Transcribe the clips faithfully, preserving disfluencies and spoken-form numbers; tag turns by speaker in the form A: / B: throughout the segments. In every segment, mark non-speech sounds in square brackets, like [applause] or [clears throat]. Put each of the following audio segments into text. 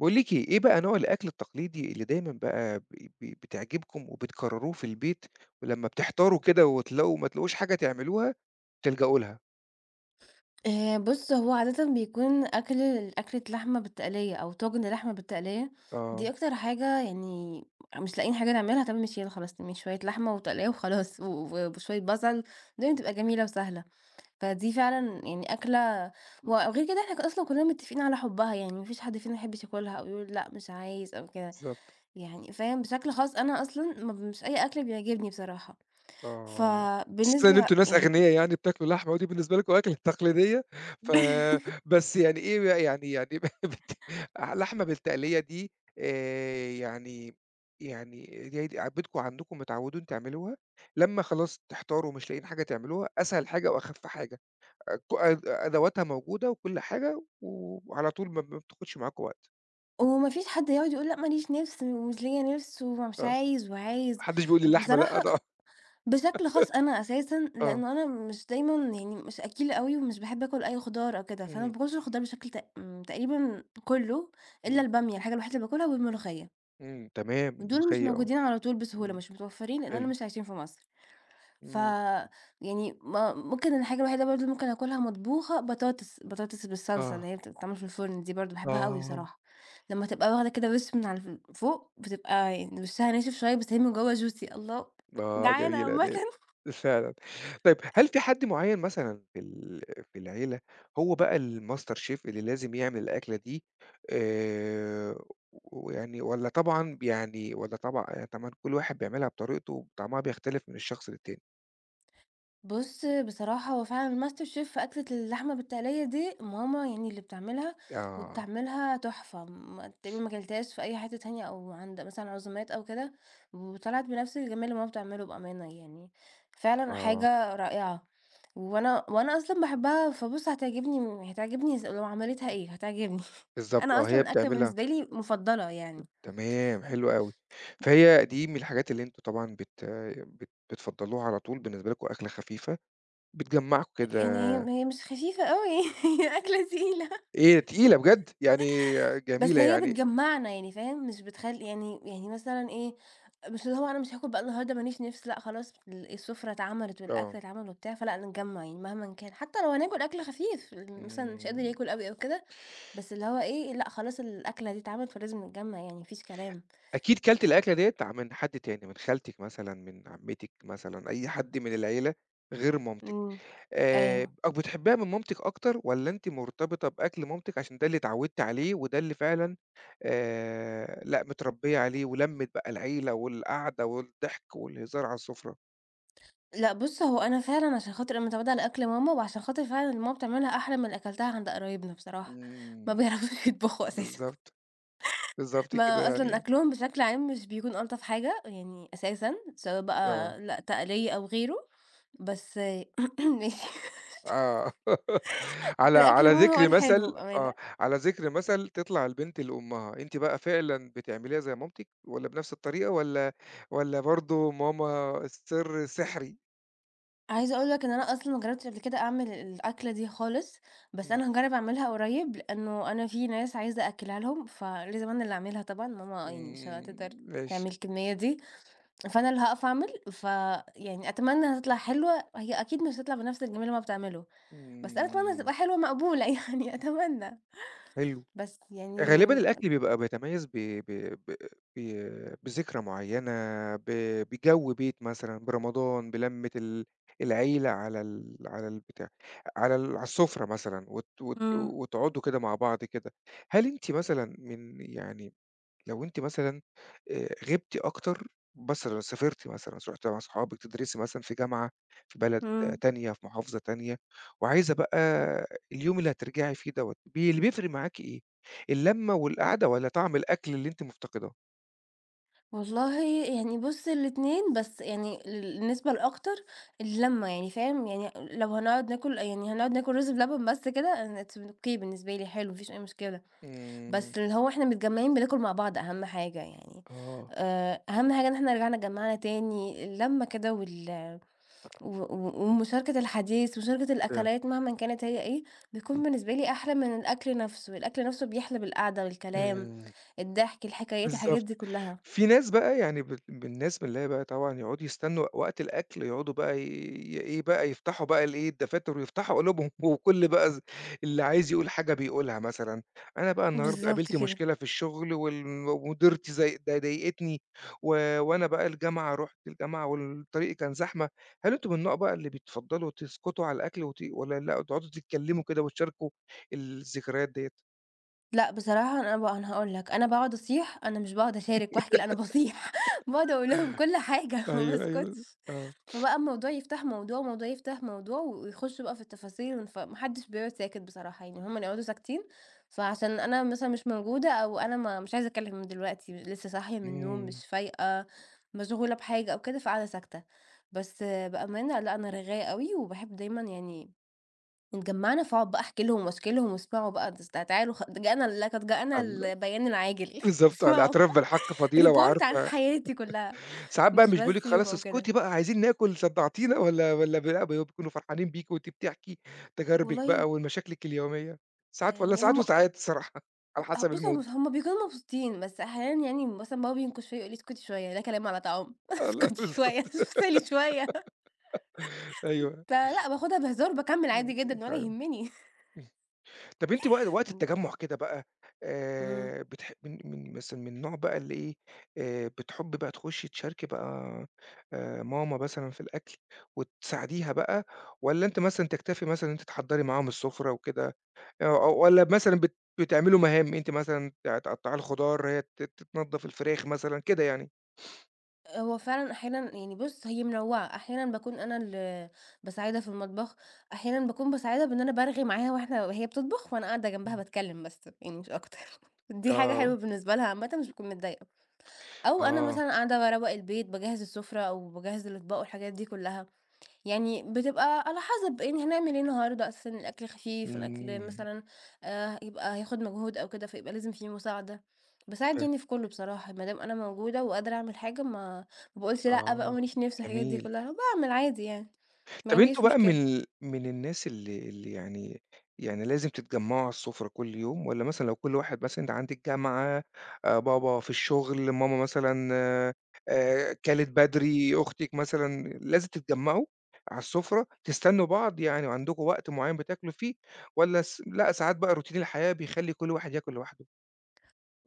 A: باقول لِك إيه، إيه بقى نوع الأكل التقليدي اللي دايمًا بقى ب ب بتعجبكم وبتكرروه في البيت، ولمّا بتحتاروا كده وتلاقوا ما تلاقوش حاجة تعملوها تلجأوا لها؟
B: آآ بُص، هو عادةً بيكون أكل أكلة لحمة بالتقلية أو طاجن لحمة بالتقلية، دي
A: آه.
B: أكتر حاجة يعني مش لاقيين حاجة نعملها، طب ماشي يالّا خلاص نعمل شوية لحمة وتقلية وخلاص، و وشوية بصل، الدنيا
A: إمم.
B: بتبقى جميلة وسهلة. فدي فعلًا يعني أكلة وغير كده إحنا ك أصلًا كلنا متفقين على حُبّها، يعني ما فيش حد فينا ما يحبش ياكلها أو يقول لأ مش عايز أو كده،
A: بالضبط.
B: يعني فاهم؟ بشكل خاص أنا أصلًا ما ب مش أي أكل بيعجبني بصراحة،
A: آه. خصوصًا إن
B: فبالنسبة
A: أنتم ناس
B: يعني
A: أغنيا يعني بتاكلوا لحمة ودي بالنسبة لكم أكلة تقليدية، ف
B: [laughs]
A: بس يعني إيه بقى يعني يعني [laughs] بت لحمة بالتقلية دي، آآ، يعني يعني دي د عادتكم عندكم متعودين تعملوها، لمّا خلاص تحتاروا ومش لاقيين حاجة تعملوها أسهل حاجة وأخف حاجة؟ ك أد أدواتها موجودة وكل حاجة، وعلى طول ما ما بتاخدش معاكم وقت.
B: وما فيش حد يقعد يقول لأ ما ليش نِفْس ومش ليّا نِفْس
A: آه.
B: ومش عايز
A: ما
B: وعايز،
A: حدش بيقول لي اللحمة لأ
B: بصراحة
A: ده.
B: بشكل خاص أنا أساسًا
A: آه.
B: لإنه أنا مش دايمًا يعني مش أكِّيلة أوي ومش باحب آكُل أي خضار أو كده، فأنا ما
A: إمم.
B: باكُلش الخضار بشكل تق إمم، تقريبًا كُلّه إلا
A: إمم.
B: البامية الحاجة الوحيدة اللي باكُلها والملوخية،
A: إمم. تمام.
B: ودول مش
A: الملوخية آه.
B: موجودين على طول بسهولة،
A: إمم.
B: مش متوفّرين لإن أنا
A: حلو.
B: مش عايشين في مصر. ف
A: إمم.
B: يعني ما ممكن الحاجة الوحيدة برضه اللي ممكن آكلها مطبوخة بطاطس، بطاطس بالصلصة
A: آه.
B: اللي هي بتتعمل في الفرن دي برضه باحبها أوي
A: آه.
B: بصراحة، لمّا تبقى واخدة كده وش من على ف فوق بتبقى يعني وشها ناشف شوية بس هي من جوّه juicy الله
A: آه،
B: جعانة
A: جميلة
B: عامةً.
A: ديّة. فعلًا. طيب هل في حد معيّن مثلًا في ال في العيلة هو بقى الmaster chef اللي لازم يعمل الأكلة دي؟ آآ، ويعني والّا طبعًا يعني والّا طبعًا يعني طبعًا كل واحد بيعملها بطريقته وطعمها بيختلف من الشخص للتاني؟
B: بُص، بصراحة هو فعلًا الماستر شيف في أكلة اللحمة بالتقلية دي ماما يعني اللي بتعملها،
A: آه.
B: وبتعملها تحفة، م تقريبًا ما كلتهاش في أي حتة تانية أو عند مثلًا عزومات أو كده، وطلعت بنفس الجمال اللي ماما بتعمله بأمانة يعني، فعلًا
A: آه.
B: حاجة رائعة، وأنا وأنا أصلًا باحبها فبُص هتعجبني هتعجبني ز لو عملتها إيه هتعجبني، [laughs]
A: بالضبط
B: أنا
A: آه،
B: أصلًا
A: هي
B: الأكلة
A: بتعملها.
B: بالنسبة لي مفضلة يعني،
A: تمام، حلو أوي. فهي دي من الحاجات اللي أنتم طبعًا بت بت بتفضّلوها على طول، بالنسبة لكم أكلة خفيفة، بتجمّعكم كده.
B: يعني هي هي مش خفيفة أوي [laughs] هي أكلة تقيلة.
A: إيه تقيلة بجد، يعني
B: بس
A: جميلة
B: هي
A: يعني.
B: بتجمّعنا يعني فاهم، مش بتخل يعني يعني مثلًا إيه، مش اللي هو أنا مش هاكل بقى النهارده ما ليش نِفْس، لأ خلاص ال السُفرة اتعملت
A: آه.
B: والأكل اتعمل وبتاع، فلأ نتجمّع يعني مهمًا كان، حتى لو هناكل أكل خفيف ال مثلًا مش قادر
A: إمم.
B: ياكل أوي أو كده، بس اللي هو إيه، لأ خلاص الأكلة دي اتعملت فلازم نتجمّع يعني ما فيش كلام.
A: أكيد كلتِ الأكلة ديّة من حد تاني، من خالتِك مثلًا، من عمتِك مثلًا، أي حد من العيلة غير مامتِك.
B: إمم،
A: آآ،
B: أيوه.
A: أو بتحبيها من مامتِك أكتر والّا أنتِ مرتبطة بأكل مامتِك عشان ده اللي اتعودتِ عليه وده اللي فعلًا آآ، لأ متربية عليه ولمِّة بقى العيلة والقعدة والضحك والهزار على السفرة؟
B: لأ بُص، هو أنا فعلًا عشان خاطر أنا متعودة على أكل ماما، وعشان خاطر فعلًا اللي ماما بتعملها أحلى من اللي أكلتها عند قرايبنا بصراحة، ما
A: إمم.
B: بيعرفوش يطبخوا أساسًا.
A: بالضبط. بالضبط كده
B: ما أصلًا
A: يعني
B: أكلهم بشكل عام مش بيكون ألطف حاجة، يعني أساسًا، سواء
A: آه.
B: بقى لأ تقلية أو غيره، بس [clears throat] ماشي
A: آه. [laughs]
B: [laughs]
A: على
B: الأكل
A: على
B: المهم هو
A: ذكر
B: الحلو
A: مثل آه،
B: بأمانة.
A: على ذكر مثل تطلع البنت لأمها، أنتِ بقى فعلًا بتعمليها زي مامتِك والّا بنفس الطريقة والّا والّا برضه ماما السر سحري؟
B: عايزة أقول لك إن أنا أصلًا ما جربتش قبل كده أعمل الأكلة دي خالص، بس
A: إمم.
B: أنا هاجرب أعملها قريب، لأنه أنا في ناس عايزة أأكلها لهم، فلازم أنا اللي أعملها طبعًا، ماما
A: إمم.
B: يعني مش هتقدر
A: إمم، ماشي.
B: تعمل الكمية دي، فأنا اللي هاقف أعمل، فيعني أتمنى هتطلع حلوة، هي أكيد مش هتطلع بنفس الجمال اللي ماما بتعمله. بس أنا أتمنى
A: إمم.
B: تبقى حلوة مقبولة [laughs] يعني أتمنى،
A: حلو.
B: بس يعني
A: غالبًا الأكل بيبقى بيتميّز ب ب ب ب بذكرى معيّنة، ب بجَو بيت مثلًا، برمضان، بلمّة ال العيلة على ال على البتاع، على ال على السُفرة مثلًا وت وت
B: إمم،
A: وتقعدوا كده مع بعض كده. هل أنتِ مثلًا من يعني لو أنتِ مثلًا آآ غِبتِ أكتر، مثلًا سافرتِ مثلًا، رُحتِ مع صحابِك تدرسي مثلًا في جامعة في بلد آه،
B: إمم.
A: تانية، في محافظة تانية، وعايزة بقى اليوم اللي هترجعي فيه دوّة، بي اللي بيفرق معاكِ إيه؟ اللمة والقعدة والّا طعم الأكل اللي أنتِ مفتقداه؟
B: والله يعني بُص الاتنين، بس يعني ال النسبة الأكتر اللمة يعني فاهم، يعني لو هنقعد ناكل يعني هنقعد ناكل رز بلبن بس كده أنا it's okay بالنسبة لي حلو ما فيش أي مشكلة،
A: إمم.
B: بس اللي هو إحنا متجمعين بناكل مع بعض أهم حاجة يعني،
A: آه.
B: آآ أهم حاجة إن إحنا رجعنا اتجمعنا تاني، اللمة كده وال و و ومشاركة الحديث ومشاركة
A: فهمت.
B: الأكلات مهمًا كانت هي إيه،
A: إمم.
B: بيكون بالنسبة لي أحلى من الأكل نفسه، الأكل نفسه بيحلى بالقعدة، بالكلام،
A: إمم.
B: الضحك، الحكايات، الحاجات
A: بالضبط.
B: دي كلها.
A: في ناس بقى يعني بال بالناس من اللي هي بقى طبعًا يقعدوا يستنوا وقت الأكل يقعدوا بقى ي ي- إيه بقى يفتحوا بقى الإيه، الدفاتر ويفتحوا قلوبهم [laughs] وكل بقى ز اللي عايز يقول حاجة بيقولها مثلًا، أنا بقى النهارده
B: بالضبط
A: قابلت
B: كده.
A: مشكلة في الشغل وال ومديرتي زي ضا ضايقتني و وأنا بقى الجامعة رُحت الجامعة والطريق كان زحمة، هل أنتم من النوع بقى اللي بتفضّلوا تسكتوا على الأكل وت والّا لأ تقعدوا تتكلموا كده وتشاركوا الذكريات ديّة؟
B: لأ، بصراحة أنا بقى أنا هاقول لك، أنا باقعد أصيح، أنا مش باقعد أشارك وأحكي، لأ أنا باصيح، باقعد [laughs] أقول لهم كل حاجة [laughs] ما
A: أيوه، أيوه.
B: باسكتش،
A: آه.
B: فبقى الموضوع يفتح موضوع، موضوع يفتح موضوع، ويخشوا بقى في التفاصيل، فما حدش بيقعد ساكت بصراحة، يعني هُم اللي يقعدوا ساكتين، فعشان أنا مثلًا مش موجودة أو أنا ما مش عايزة أتكلم من دلوقتي، لسه صاحية من النوم،
A: إمم.
B: مش فايقة، مشغولة بحاجة أو كده، فقاعدة ساكتة، بس بأمانة لأ، أنا رغاية أوي وباحب دايمًا يعني اتجمّعنا، فاقعد بقى أحكي لهم واشكي لهم واسمعوا بقى ده س ده تعالوا خ ده جاءنا لقد جاءنا
A: ال
B: البيان العاجل [laughs]
A: بالضبط آه،
B: اسمعوا
A: الاعتراف بالحق فضيلة
B: report عن
A: وعارفة.
B: حياتي كلها
A: ساعات بقى
B: مش
A: مش بيقولوا
B: بس
A: لِك
B: يوم
A: خلاص
B: أو كده.
A: اسكتي بقى عايزين ناكل صدّعتينا والّا والّا ب لأ بيكونوا فرحانين بيكِ وأنتِ بتحكي تجاربِك
B: والله
A: بقى ومشاكلِك اليومية؟ ساعات والّا
B: يعني
A: ساعات
B: هم
A: وساعات الصراحة [laughs] على
B: أ
A: حسب
B: بُص هم
A: الmood.
B: هم بيكونوا مبسوطين، بس أحيانًا يعني مثلًا بابا بينكش فيّا يقول لي: "اسكتي شوية، ده كلام على طعام، [laughs]
A: [laughs] آه، لأ
B: اسكتي شوية، [laughs]
A: بالضبط.
B: افصلي شوية."
A: أيوه.
B: فلأ باخدها بهزار وباكمّل
A: إمم.
B: عادي جدًا ولا
A: تمام.
B: يهمني.
A: طب أنتِ وق
B: [laughs]
A: وقت
B: إمم.
A: التجمُّع كده بقى
B: إمم.
A: آآ بتح من من مثلًا من النوع بقى اللي إيه، آآ بتحبّي بقى تخُشّي تشاركي بقى آآ ماما مثلًا في الأكل وتساعديها بقى، والّا أنتِ مثلًا تكتفي مثلًا إن أنتِ تحضّري معاهم السُفرة وكده، آآ والّا مثلًا بت بتعملوا مهام أنتِ مثلًا ت تقطّعي الخضار، هي ت ت تنضّف الفراخ مثلًا كده يعني؟
B: هو فعلًا أحيانًا يعني بُص، هي منوّعة، أحيانًا باكون أنا اللي باساعدها في المطبخ، أحيانًا باكون باساعدها بإن أنا بارغي معاها وإحنا وهي بتطبخ وأنا قاعدة جنبها
A: إمم.
B: باتكلم بس يعني مش أكتر. [laughs] دي حاجة
A: آه.
B: حلوة بالنسبة لها عامةً مش باكون متضايقة، أو أنا
A: آه.
B: مثلًا قاعدة باروّق البيت، باجهّز السفرة أو باجهّز الأطباق والحاجات دي كلّها. يعني بتبقى على حسب يعني هنعمل ايه النهارده اساسا الاكل خفيف الاكل
A: إمم.
B: مثلا آه يبقى هياخد مجهود او كده فيبقى لازم فيه مساعده بساعد
A: ف
B: يعني في كله بصراحه ما دام انا موجوده وقادره اعمل حاجه ما ما بقولش لا بقى
A: آه.
B: ماليش نفس الحاجات دي
A: جميل.
B: كلها بعمل عادي يعني ما
A: طب أنتم
B: عنديش
A: بقى
B: مشكله
A: من ال من الناس اللي اللي يعني يعني لازم تتجمّعوا على السفرة كل يوم، والّا مثلًا لو كل واحد مثلًا أنت عندِك جامعة، آآ، بابا في الشغل، ماما مثلًا آآ، كَلِت بدري، أختِك مثلًا، لازم تتجمّعوا على السفرة، تستنوا بعض يعني وعندكم وقت معيّن بتاكلوا فيه، والّا س لأ ساعات بقى روتين الحياة بيخلّي كل واحد ياكل لوحده؟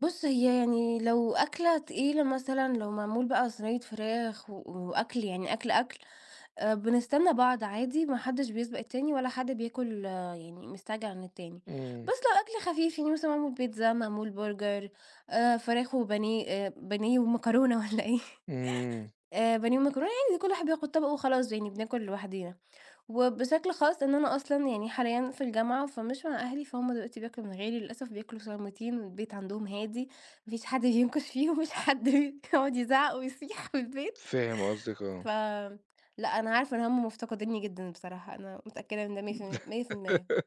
B: بص هي يعني لو اكله تقيله مثلا لو معمول بقى صينيه فراخ و- واكل يعني اكل اكل آآ، بنستنى بعض عادي، ما حدش بيسبق التاني ولا حد بياكل آه، يعني مستعجل عن التاني،
A: إمم.
B: بس لو أكل خفيف يعني مثلًا معمول بيتزا، معمول برجر، آآ، فراخ وبانيه آآ، بانيه ومكرونة [laughs] والّا إيه
A: إمم.
B: آآ، بانيه ومكرونة عادي كل واحد بياخد طبقه وخلاص يعني بناكل لوحدينا، وبشكل خاص إن أنا أصلًا يعني حاليًا في الجامعة، فمش مع أهلي، فهُم دلوقتي بياكلوا من غيري للأسف، بياكلوا صامتين، والبيت عندهم هادي، ما فيش حد بينكش فيه وما فيش حد [laughs] بيقعد يزعق ويصيح في البيت.
A: فاهم قصدِك،
B: ف
A: آه.
B: لأ، أنا عارفة إن هُم مفتقدينّي جدًا بصراحة، أنا متأكدة من ده مية في المية مية في المية.
A: [laughs]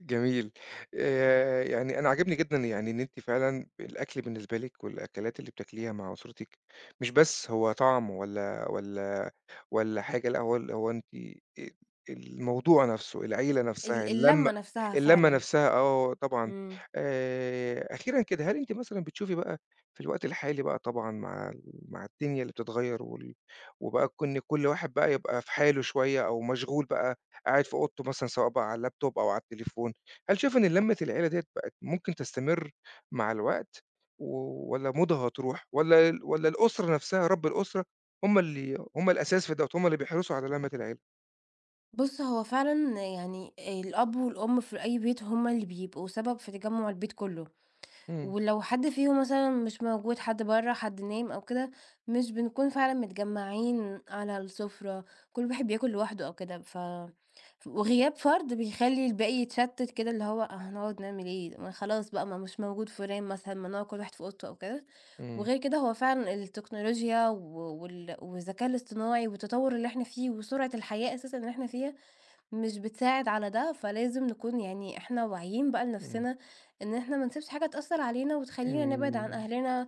A: جميل. آآ يعني أنا عاجبني جدًا يعني إن أنتِ فعلًا الأكل بالنسبة لِك والأكلات اللي بتاكليها مع أسرتِك، مش بس هو طعم والّا والّا والّا حاجة، لأ هو ال هو أنتِ آآ الموضوع نفسه، العيلة نفسها،
B: ال
A: اللمة
B: اللمّة نفسها
A: اللمة
B: فعلًا.
A: نفسها آه طبعًا.
B: إمم.
A: آآ أخيرًا كده، هل أنتِ مثلًا بتشوفي بقى في الوقت الحالي بقى طبعًا مع ال مع الدنيا اللي بتتغيّر وال وبقى كون كل واحد بقى يبقى في حاله شوية أو مشغول بقى قاعد في أوضته مثلًا سواء بقى على اللابتوب أو على التليفون، هل شايفة إن لمة العيلة ديّة بقت ممكن تستمر مع الوقت و والّا مودها هتروح والّا ال والّا الأسرة نفسها رب الأسرة هم اللي هم الأساس في دوّة، هم اللي بيحرصوا على لمّة العيلة.
B: بُص، هو فعلًا يعني الأب والأم في أي بيت هُم اللي بيبقوا سبب في تجمُّع البيت كُلّه.
A: إمم.
B: ولو حد فيهم مثلًا مش موجود، حد برّه، حد نايم أو كده، مش بنكون فعلًا متجمّعين على السفرة، كل واحد بياكل لوحده أو كده، ف وغياب فرد بيخلّي الباقي يتشتت كده، اللي هو آه هنقعد نعمل إيه؟ ما خلاص بقى ما مش موجود فلان مثلًا، ما نقعد كل واحد في أوضته أو كده،
A: إمم.
B: وغير كده هو فعلًا التكنولوجيا و وال والذكاء الاصطناعي والتطوّر اللي إحنا فيه وسرعة الحياة أساسًا اللي إحنا فيها، مش بتساعد على ده، فلازم نكون يعني إحنا واعيين بقى
A: إمم.
B: لنفسنا إن إحنا ما نسيبش حاجة تأثّر علينا وتخلّينا نبعد عن
A: إمم.
B: أهلنا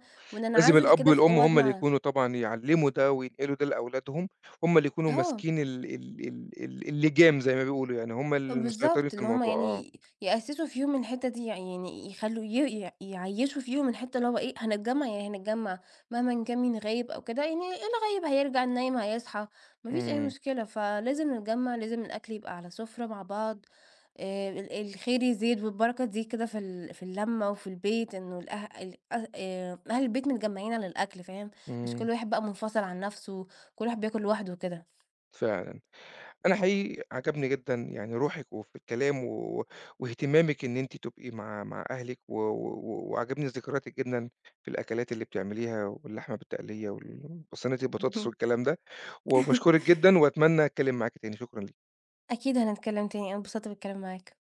A: لازم
B: وننعزل
A: الأب
B: كده في
A: والأم هم اللي
B: أوضنا.
A: يكونوا طبعًا يعلّموا ده وينقلوا ده لأولادهم، هم اللي يكونوا
B: آه.
A: ماسكين ال ال ال ال اللِجام زي ما بيقولوا، يعني هم المسيطرين
B: بالضبط،
A: في
B: اللي هُم
A: الموضوع، آه.
B: يعني يأسّسوا فيهم الحتّة دي، يعني يخلّوا ي ي يعيّشوا فيهم الحتّة اللي هو إيه، هنتجمّع يعني هنتجمّع، مهمًا كان مين غايب أو كده، يعني اللي غايب هيرجع، النايم هيصحى، ما فيش أي
A: إمم.
B: مشكلة، فلازم نتجمّع، لازم الأكل يبقى على سُفرة مع بعض، آآ ال الخير يزيد والبركة تزيد كده في ال في اللمّة وفي البيت، إنه الأه ال أه آآ أهل البيت متجمّعين على الأكل، فاهم، مش
A: إمم.
B: كل واحد بقى منفصل عن نَفْسه، كل واحد بياكل لوحده وكده.
A: فعلًا. أنا حقيقي عجبني جدًا يعني روحِك وفي الكلام و واهتمامِك إن أنتِ تبقي مع مع أهلِك و و وعجبني ذكرياتِك جدًا في الأكلات اللي بتعمليها واللحمة بالتقلية وال وصينية البطاطس والكلام ده، وباشكرِك
B: [laughs]
A: جدًا وأتمنى أتكلم معاكِ تاني، شكرًا ليكِ.
B: أكيد هنتكلّم تاني، أنا اتبسطت بالكلام معاك.